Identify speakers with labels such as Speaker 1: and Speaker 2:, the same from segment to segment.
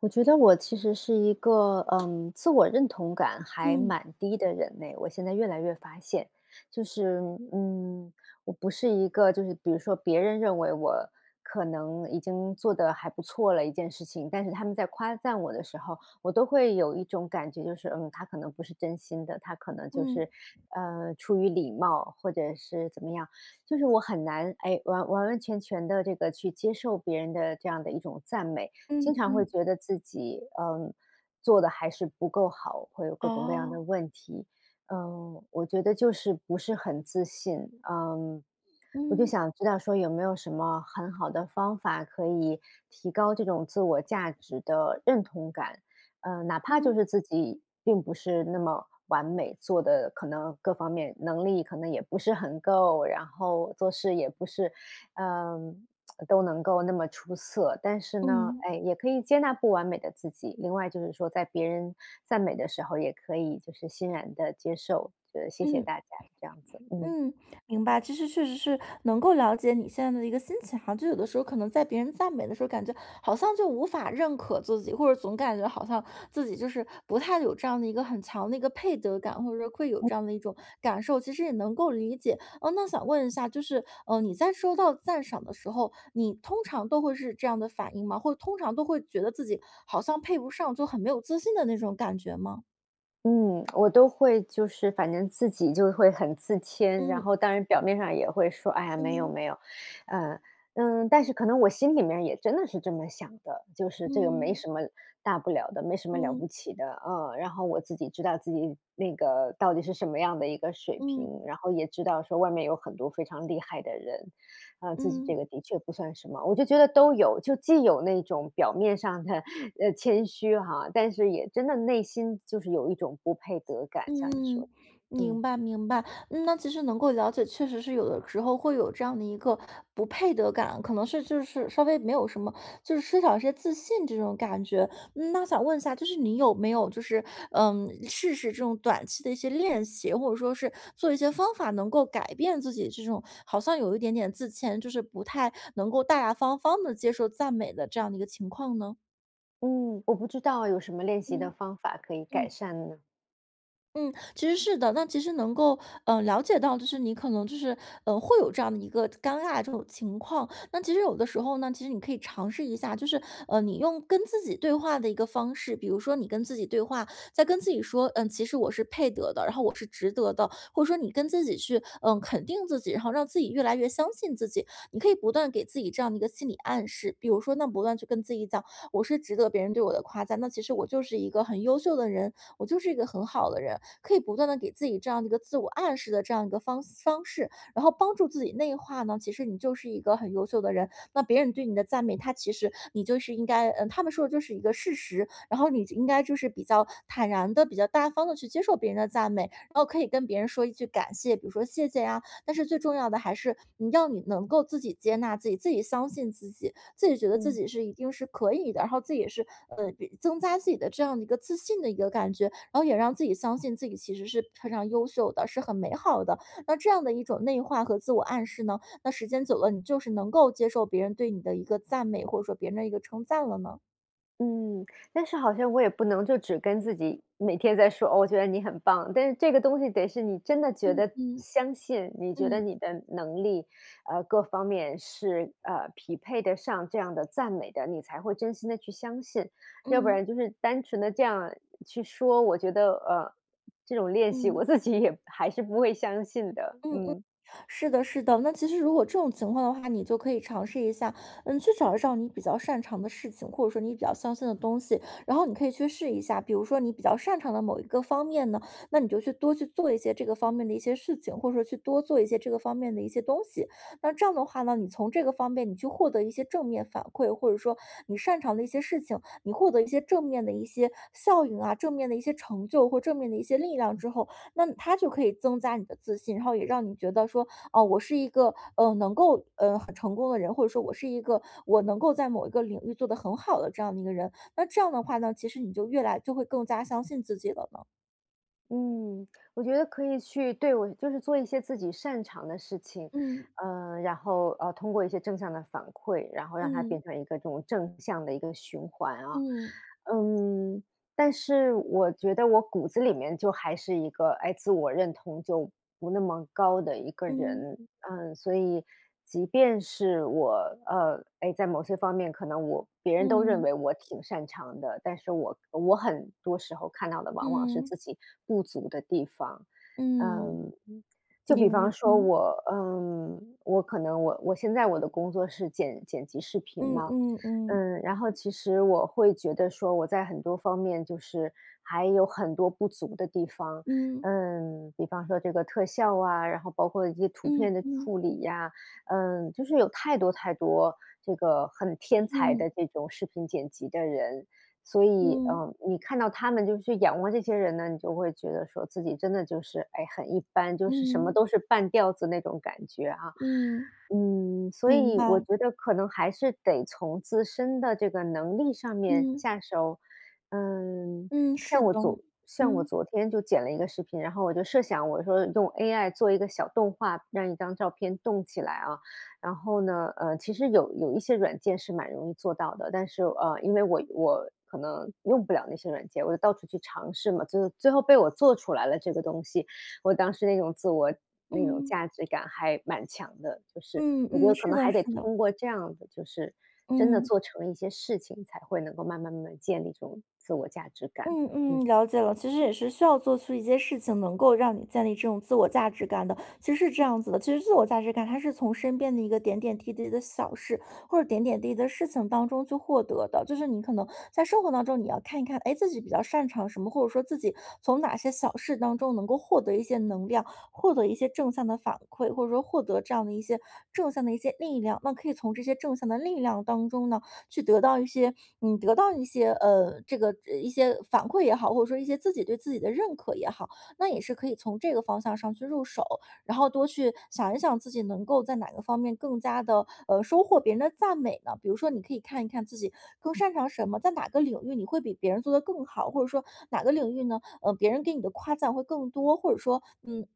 Speaker 1: 我觉得我其实是一个，自我认同感还
Speaker 2: 嗯
Speaker 1: 蛮低的人呢。我现在越来越发现，就是，嗯，我不是一个，比如说别人认为我可能已经做得还不错了一件事情，但是他们在夸赞我的时候，我都会有一种感觉，他可能不是真心的，他可能
Speaker 2: 嗯
Speaker 1: 出于礼貌或者是怎么样，就是我很难，完完全全的这个去接受别人的这样的一种赞美。
Speaker 2: 嗯
Speaker 1: 经常会
Speaker 2: 嗯，
Speaker 1: 觉得自己，做的还是不够好，会有各种各样的
Speaker 2: 哦，
Speaker 1: 问题。我觉得就是不是很自信，嗯，我就
Speaker 2: 嗯
Speaker 1: 想知道说有没有什么很好的方法可以提高这种自我价值的认同感？哪怕就
Speaker 2: 嗯
Speaker 1: 是自己并不是那么完美，做的可能各方面能力可能也不是很够，然后做事也不是，嗯、都能够那么出色，但是呢，
Speaker 2: 嗯
Speaker 1: 也可以接纳不完美的自己。另外就是说，在别人赞美的时候，也可以就是欣然的接受。谢谢
Speaker 2: 嗯。
Speaker 1: 大家，这样子，
Speaker 2: 嗯，明白。其实确实是能够了解你现在的一个心情哈，就有的时候可能在别人赞美的时候，感觉好像就无法认可自己，或者总感觉好像自己就是不太有这样的一个很强的一个配得感，或者说会有这样的一种感受。其实也能够理解。哦，那想问一下，就是你在收到赞赏的时候，你通常都会是这样的反应吗？或者通常都会觉得自己好像配不上，就很没有自信的那种感觉吗？
Speaker 1: 嗯，我都会就是反正自己就会很自谦，然
Speaker 2: 嗯
Speaker 1: 后当然表面上也会说："哎呀，没有
Speaker 2: 嗯
Speaker 1: 没有。呃”嗯嗯，但是可能我心里面也真的是这么想的，就是这个没
Speaker 2: 嗯
Speaker 1: 什么大不了的，没什么了
Speaker 2: 嗯嗯
Speaker 1: 不起的，然后我自己知道自己那个到底是什么样的一个水
Speaker 2: 嗯。
Speaker 1: 平，然后也知道说外面有很多非常厉害的人，自己这
Speaker 2: 嗯
Speaker 1: 个的确不算什么，我就觉得都有，就既有那种表面上的谦虚哈，但是也真的内心就是有一种不配得感，像你说
Speaker 2: 嗯，
Speaker 1: 的，
Speaker 2: 明
Speaker 1: 嗯。
Speaker 2: 白明白。那其实能够了解，确实是有的时候会有这样的一个不配得感，可能是就是稍微没有什么，就是缺少一些自信这种感觉。嗯，那想问一下，就是你有没有试试这种短期的一些练习，或者说是做一些方法，能够改变自己这种好像有一点点自谦，就是不太能够大大方方的接受赞美的这样的一个情况呢？
Speaker 1: 嗯，我不知道有什么练习的
Speaker 2: 嗯
Speaker 1: 方法可以改
Speaker 2: 嗯。
Speaker 1: 善呢？
Speaker 2: 嗯，其实是的。那其实能够，了解到就是你可能就是，会有这样的一个尴尬这种情况。那其实有的时候呢，其实你可以尝试一下，就是，你用跟自己对话的一个方式，比如说你跟自己对话，在跟自己说，嗯，其实我是配得的，然后我是值得的，或者说你跟自己去，肯定自己，然后让自己越来越相信自己。你可以不断给自己这样的一个心理暗示，比如说，那不断去跟自己讲，我是值得别人对我的夸赞，那其实我就是一个很优秀的人，我就是一个很好的人。可以不断的给自己这样的一个自我暗示的这样一个方式，然后帮助自己内化呢，其实你就是一个很优秀的人。那别人对你的赞美，他其实你就是应该他们说的就是一个事实，然后你应该就是比较坦然的、比较大方的去接受别人的赞美，然后可以跟别人说一句感谢，比如说谢谢呀。但是最重要的还是，你能够自己接纳自己，自己相信自己，自己觉得自
Speaker 1: 嗯。
Speaker 2: 己是一定是可以的，然后自己也是比增加自己的这样的一个自信的一个感觉，然后也让自己相信自己其实是非常优秀的，是很美好的。那这样的一种内化和自我暗示呢，那时间久了，你就是能够接受别人对你的一个赞美，或者说别人的一个称赞了呢？
Speaker 1: 嗯，但是好像我也不能就只跟自己每天在说，哦，我觉得你很棒，但是这个东西得是你真的觉
Speaker 2: 嗯
Speaker 1: 得
Speaker 2: 嗯
Speaker 1: 相信，你觉得
Speaker 2: 嗯
Speaker 1: 你的能力，各方面是匹配得上这样的赞美的，你才会真心的去相信，要不
Speaker 2: 嗯
Speaker 1: 然就是单纯的这样去说，我觉得这种练习
Speaker 2: 嗯
Speaker 1: 我
Speaker 2: 嗯
Speaker 1: 自己也还是不会相信的，
Speaker 2: 嗯。是的，是的。那其实如果这种情况的话，你就可以尝试一下，去找一找你比较擅长的事情，或者说你比较相信的东西，然后你可以去试一下。比如说你比较擅长的某一个方面呢，那你就去多去做一些这个方面的一些事情，或者说去多做一些这个方面的一些东西。那这样的话呢，你从这个方面你去获得一些正面反馈，或者说你擅长的一些事情，你获得一些正面的一些效应啊，正面的一些成就或正面的一些力量之后，那他就可以增加你的自信，然后也让你觉得说，哦，我是一个能够很成功的人，或者说我是一个我能够在某一个领域做得很好的这样的一个人。那这样的话呢，其实你就越来就会更加相信自己了呢。
Speaker 1: 嗯，我觉得可以去对，我就是做一些自己擅长的事情，
Speaker 2: 嗯
Speaker 1: 然后通过一些正向的反馈，然后让它变
Speaker 2: 嗯
Speaker 1: 成一个这种正向的一个循环啊。
Speaker 2: 嗯
Speaker 1: 嗯，但是我觉得我骨子里面就还是一个，自我认同就不那么高的一个
Speaker 2: 嗯
Speaker 1: 人，所以即便是我，在某些方面可能我别人都认
Speaker 2: 嗯
Speaker 1: 为我挺擅长的，但是我很多时候看到的往往是
Speaker 2: 嗯
Speaker 1: 自己不足的地方，
Speaker 2: 嗯，
Speaker 1: 嗯，就比方
Speaker 2: 明
Speaker 1: 说
Speaker 2: 嗯
Speaker 1: 我，我可能现在我的工作是剪辑视频
Speaker 2: 嗯
Speaker 1: 嘛，
Speaker 2: 嗯嗯
Speaker 1: 然后其实我会觉得说我在很多方面就是还有很多不足的地方，
Speaker 2: 嗯
Speaker 1: 比方说这个特效啊，然后包括一些图
Speaker 2: 嗯
Speaker 1: 片的
Speaker 2: 嗯
Speaker 1: 处理呀，就是有太多太多这个很天才
Speaker 2: 嗯
Speaker 1: 的这种视频剪辑的人，所以，
Speaker 2: 嗯
Speaker 1: 你看到他们就是去仰望这些人呢，你就会觉得说自己真的就是，很一般，就是什么
Speaker 2: 嗯
Speaker 1: 都是半吊子那种感觉啊。
Speaker 2: 嗯，
Speaker 1: 所
Speaker 2: 明
Speaker 1: 以我
Speaker 2: 白。
Speaker 1: 觉得可能还是得从自身的这个能力上面
Speaker 2: 嗯
Speaker 1: 下手。嗯，
Speaker 2: 嗯，是
Speaker 1: 像我
Speaker 2: 的。
Speaker 1: 昨像我
Speaker 2: 嗯
Speaker 1: 昨天就剪了一个视频，然后我就设想我说用 AI 做一个小动画，让一张照片动起来啊。然后呢，其实有一些软件是蛮容易做到的，但是因为我可能用不了那些软件，我就到处去尝试嘛，就是最后被我做出来了这个东西。我当时那种自我那种
Speaker 2: 嗯。
Speaker 1: 价值感还蛮强的，就是
Speaker 2: 嗯
Speaker 1: 我觉
Speaker 2: 嗯，
Speaker 1: 得可
Speaker 2: 是
Speaker 1: 能
Speaker 2: 的
Speaker 1: 还得
Speaker 2: 是的，
Speaker 1: 通过这样的，就是真的
Speaker 2: 嗯，
Speaker 1: 做成一些事情，才会能够慢慢建立这种自我价值感。
Speaker 2: 嗯
Speaker 1: 嗯。
Speaker 2: 嗯，了解了。其实也是需要做出一些事情，能够让你建立这种自我价值感的。其实是这样子的，其实自我价值感它是从身边的一个点点滴滴的小事，或者点点滴滴的事情当中去获得的。就是你可能在生活当中，你要看一看，哎，自己比较擅长什么，或者说自己从哪些小事当中能够获得一些能量，获得一些正向的反馈，或者说获得这样的一些正向的一些力量。那可以从这些正向的力量当中呢，去得到一些得到一些这个一些反馈也好，或者说一些自己对自己的认可也好，那也是可以从这个方向上去入手，然后多去想一想自己能够在哪个方面更加的，收获别人的赞美呢？比如说你可以看一看自己更擅长什么，在哪个领域你会比别人做得更好，或者说哪个领域呢，别人给你的夸赞会更多，或者说，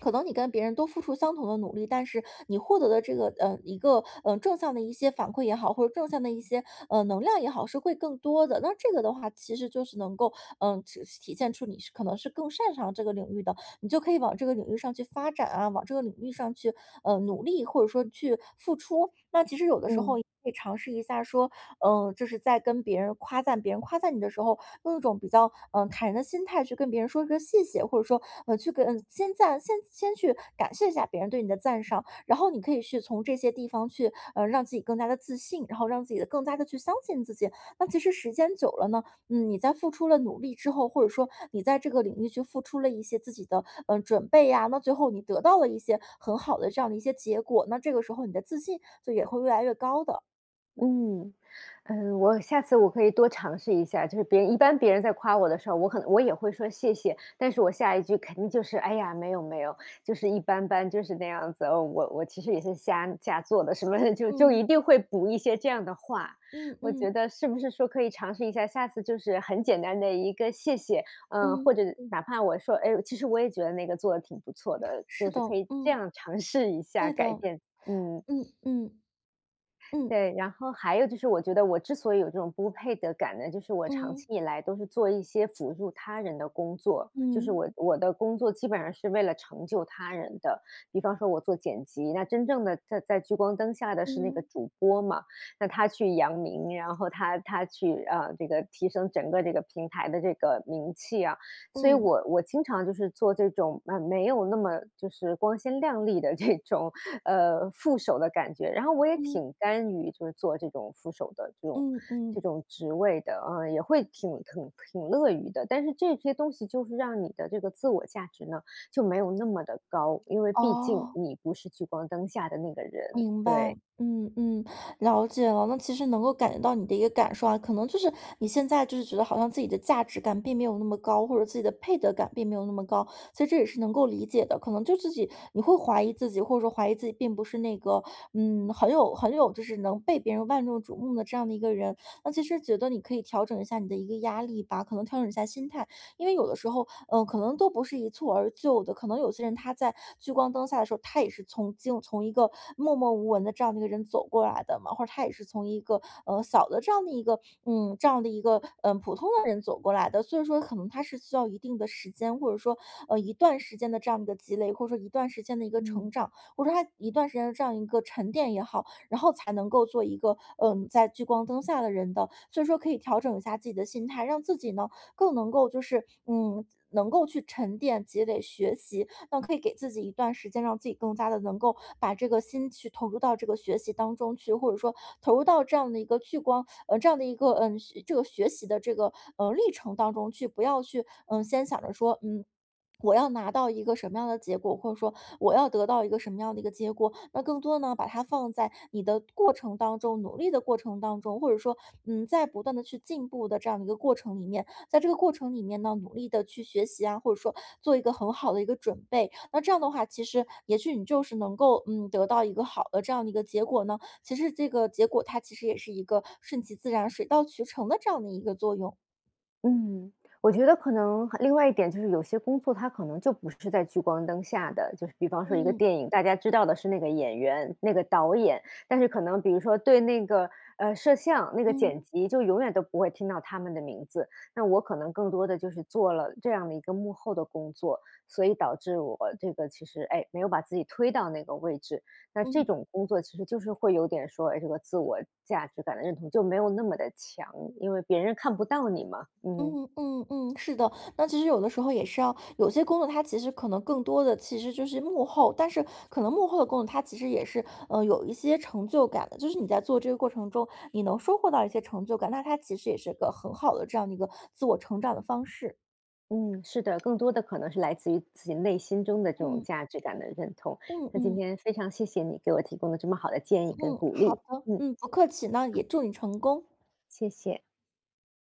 Speaker 2: 可能你跟别人都付出相同的努力，但是你获得的这个一个正向的一些反馈也好，或者正向的一些能量也好，是会更多的。那这个的话，其实就是能够体现出你是可能是更擅长这个领域的，你就可以往这个领域上去发展啊，往这个领域上去努力，或者说去付出。那其实有的时候。
Speaker 1: 嗯。
Speaker 2: 也可以尝试一下说，嗯，就是在跟别人夸赞别人夸赞你的时候，用一种比较坦然的心态去跟别人说一个谢谢，或者说去跟先赞先先去感谢一下别人对你的赞赏，然后你可以去从这些地方去让自己更加的自信，然后让自己的更加的去相信自己。那其实时间久了呢，你在付出了努力之后，或者说你在这个领域去付出了一些自己的准备呀、那最后你得到了一些很好的这样的一些结果，那这个时候你的自信就也会越来越高的。
Speaker 1: 嗯，我下次我可以多尝试一下，就是别人在夸我的时候，我可能也会说谢谢，但是我下一句肯定就是哎呀，没有没有，就是一般般，就是那样子。哦，我其实也是瞎做的，什么的就
Speaker 2: 嗯
Speaker 1: 一定会补一些这样的话。
Speaker 2: 嗯
Speaker 1: 我
Speaker 2: 嗯。
Speaker 1: 觉得是不是说可以尝试一下，下次就是很简单的一个谢谢，
Speaker 2: 嗯，
Speaker 1: 或者哪怕我说，其实我也觉得那个做的挺不错的，
Speaker 2: 是
Speaker 1: 就
Speaker 2: 的，
Speaker 1: 是可以这
Speaker 2: 嗯，
Speaker 1: 样尝试一下
Speaker 2: 对
Speaker 1: 改
Speaker 2: 的，
Speaker 1: 变，嗯。
Speaker 2: 嗯嗯嗯
Speaker 1: 对，然后还有就是我觉得我之所以有这种不配得感呢，就是我长期
Speaker 2: 嗯
Speaker 1: 以来都是做一些辅助他人的工作，就是
Speaker 2: 嗯
Speaker 1: 我的工作基本上是为了成就他人的。比方说我做剪辑，那真正的在聚光灯下的是那个
Speaker 2: 嗯
Speaker 1: 主播嘛，那他去扬名，然后他去这个提升整个这个平台的这个名气啊，所以
Speaker 2: 嗯
Speaker 1: 我经常就是做这种没有那么就是光鲜亮丽的这种副手的感觉，然后我也
Speaker 2: 嗯
Speaker 1: 挺甘于就是做这种副手的这种
Speaker 2: 嗯
Speaker 1: 这
Speaker 2: 嗯，
Speaker 1: 种职位的，也会挺乐于的。但是这些东西就是让你的这个自我价值呢，就没有那么的高，因为毕竟
Speaker 2: 哦。
Speaker 1: 你不是聚光灯下的那个人，
Speaker 2: 明白，
Speaker 1: 对。
Speaker 2: 嗯嗯，了解了。那其实能够感觉到你的一个感受啊，可能就是你现在就是觉得好像自己的价值感并没有那么高，或者自己的配得感并没有那么高，其实这也是能够理解的。可能就自己你会怀疑自己，或者说怀疑自己并不是那个很有就是能被别人万众瞩目的这样的一个人。那其实觉得你可以调整一下你的一个压力吧，可能调整一下心态，因为有的时候，可能都不是一蹴而就的，可能有些人他在聚光灯下的时候，他也是从一个默默无闻的这样的一个人走过来的嘛，或者他也是从一个小的这样的一个这样的一个普通的人走过来的，所以说可能他是需要一定的时间，或者说一段时间的这样的一个积累，或者说一段时间的一个
Speaker 1: 嗯。
Speaker 2: 成长，或者说他一段时间的这样一个沉淀也好，然后才能够做一个在聚光灯下的人的，所以说可以调整一下自己的心态，让自己呢更能够就是能够去沉淀、积累、学习，那可以给自己一段时间，让自己更加的能够把这个心去投入到这个学习当中去，或者说投入到这样的一个聚光，这样的一个这个学习的这个历程当中去，不要去先想着说我要拿到一个什么样的结果，或者说我要得到一个什么样的一个结果，那更多呢，把它放在你的过程当中，努力的过程当中，或者说，在不断的去进步的这样的一个过程里面，在这个过程里面呢，努力的去学习啊，或者说做一个很好的一个准备。那这样的话，其实也许你就是能够得到一个好的这样的一个结果呢。其实这个结果它其实也是一个顺其自然、水到渠成的这样的一个作用。
Speaker 1: 嗯，我觉得可能另外一点就是有些工作它可能就不是在聚光灯下的，就是比方说一个
Speaker 2: 嗯
Speaker 1: 电影，大家知道的是那个演员、那个导演，但是可能比如说对那个摄像、那个剪
Speaker 2: 嗯
Speaker 1: 辑，就永远都不会听到他们的名字。那我可能更多的就是做了这样的一个幕后的工作，所以导致我这个其实没有把自己推到那个位置，那这
Speaker 2: 嗯。
Speaker 1: 种工作其实就是会有点说，这个自我价值感的认同就没有那么的强，因为别人看不到你嘛。嗯
Speaker 2: 嗯，是的，那其实有的时候也是要，有些工作它其实可能更多的其实就是幕后，但是可能幕后的工作它其实也是，有一些成就感的，就是你在做这个过程中，你能收获到一些成就感，那它其实也是个很好的这样的一个自我成长的方式。
Speaker 1: 嗯，是的，更多的可能是来自于自己内心中的这种
Speaker 2: 嗯
Speaker 1: 价值感的认同。
Speaker 2: 嗯
Speaker 1: 那今
Speaker 2: 嗯
Speaker 1: 天非常谢谢你给我提供的这么好的建议
Speaker 2: 嗯，
Speaker 1: 跟鼓
Speaker 2: 好
Speaker 1: 励，
Speaker 2: 的，
Speaker 1: 嗯，
Speaker 2: 嗯，不客气，那也祝你成功。
Speaker 1: 谢谢。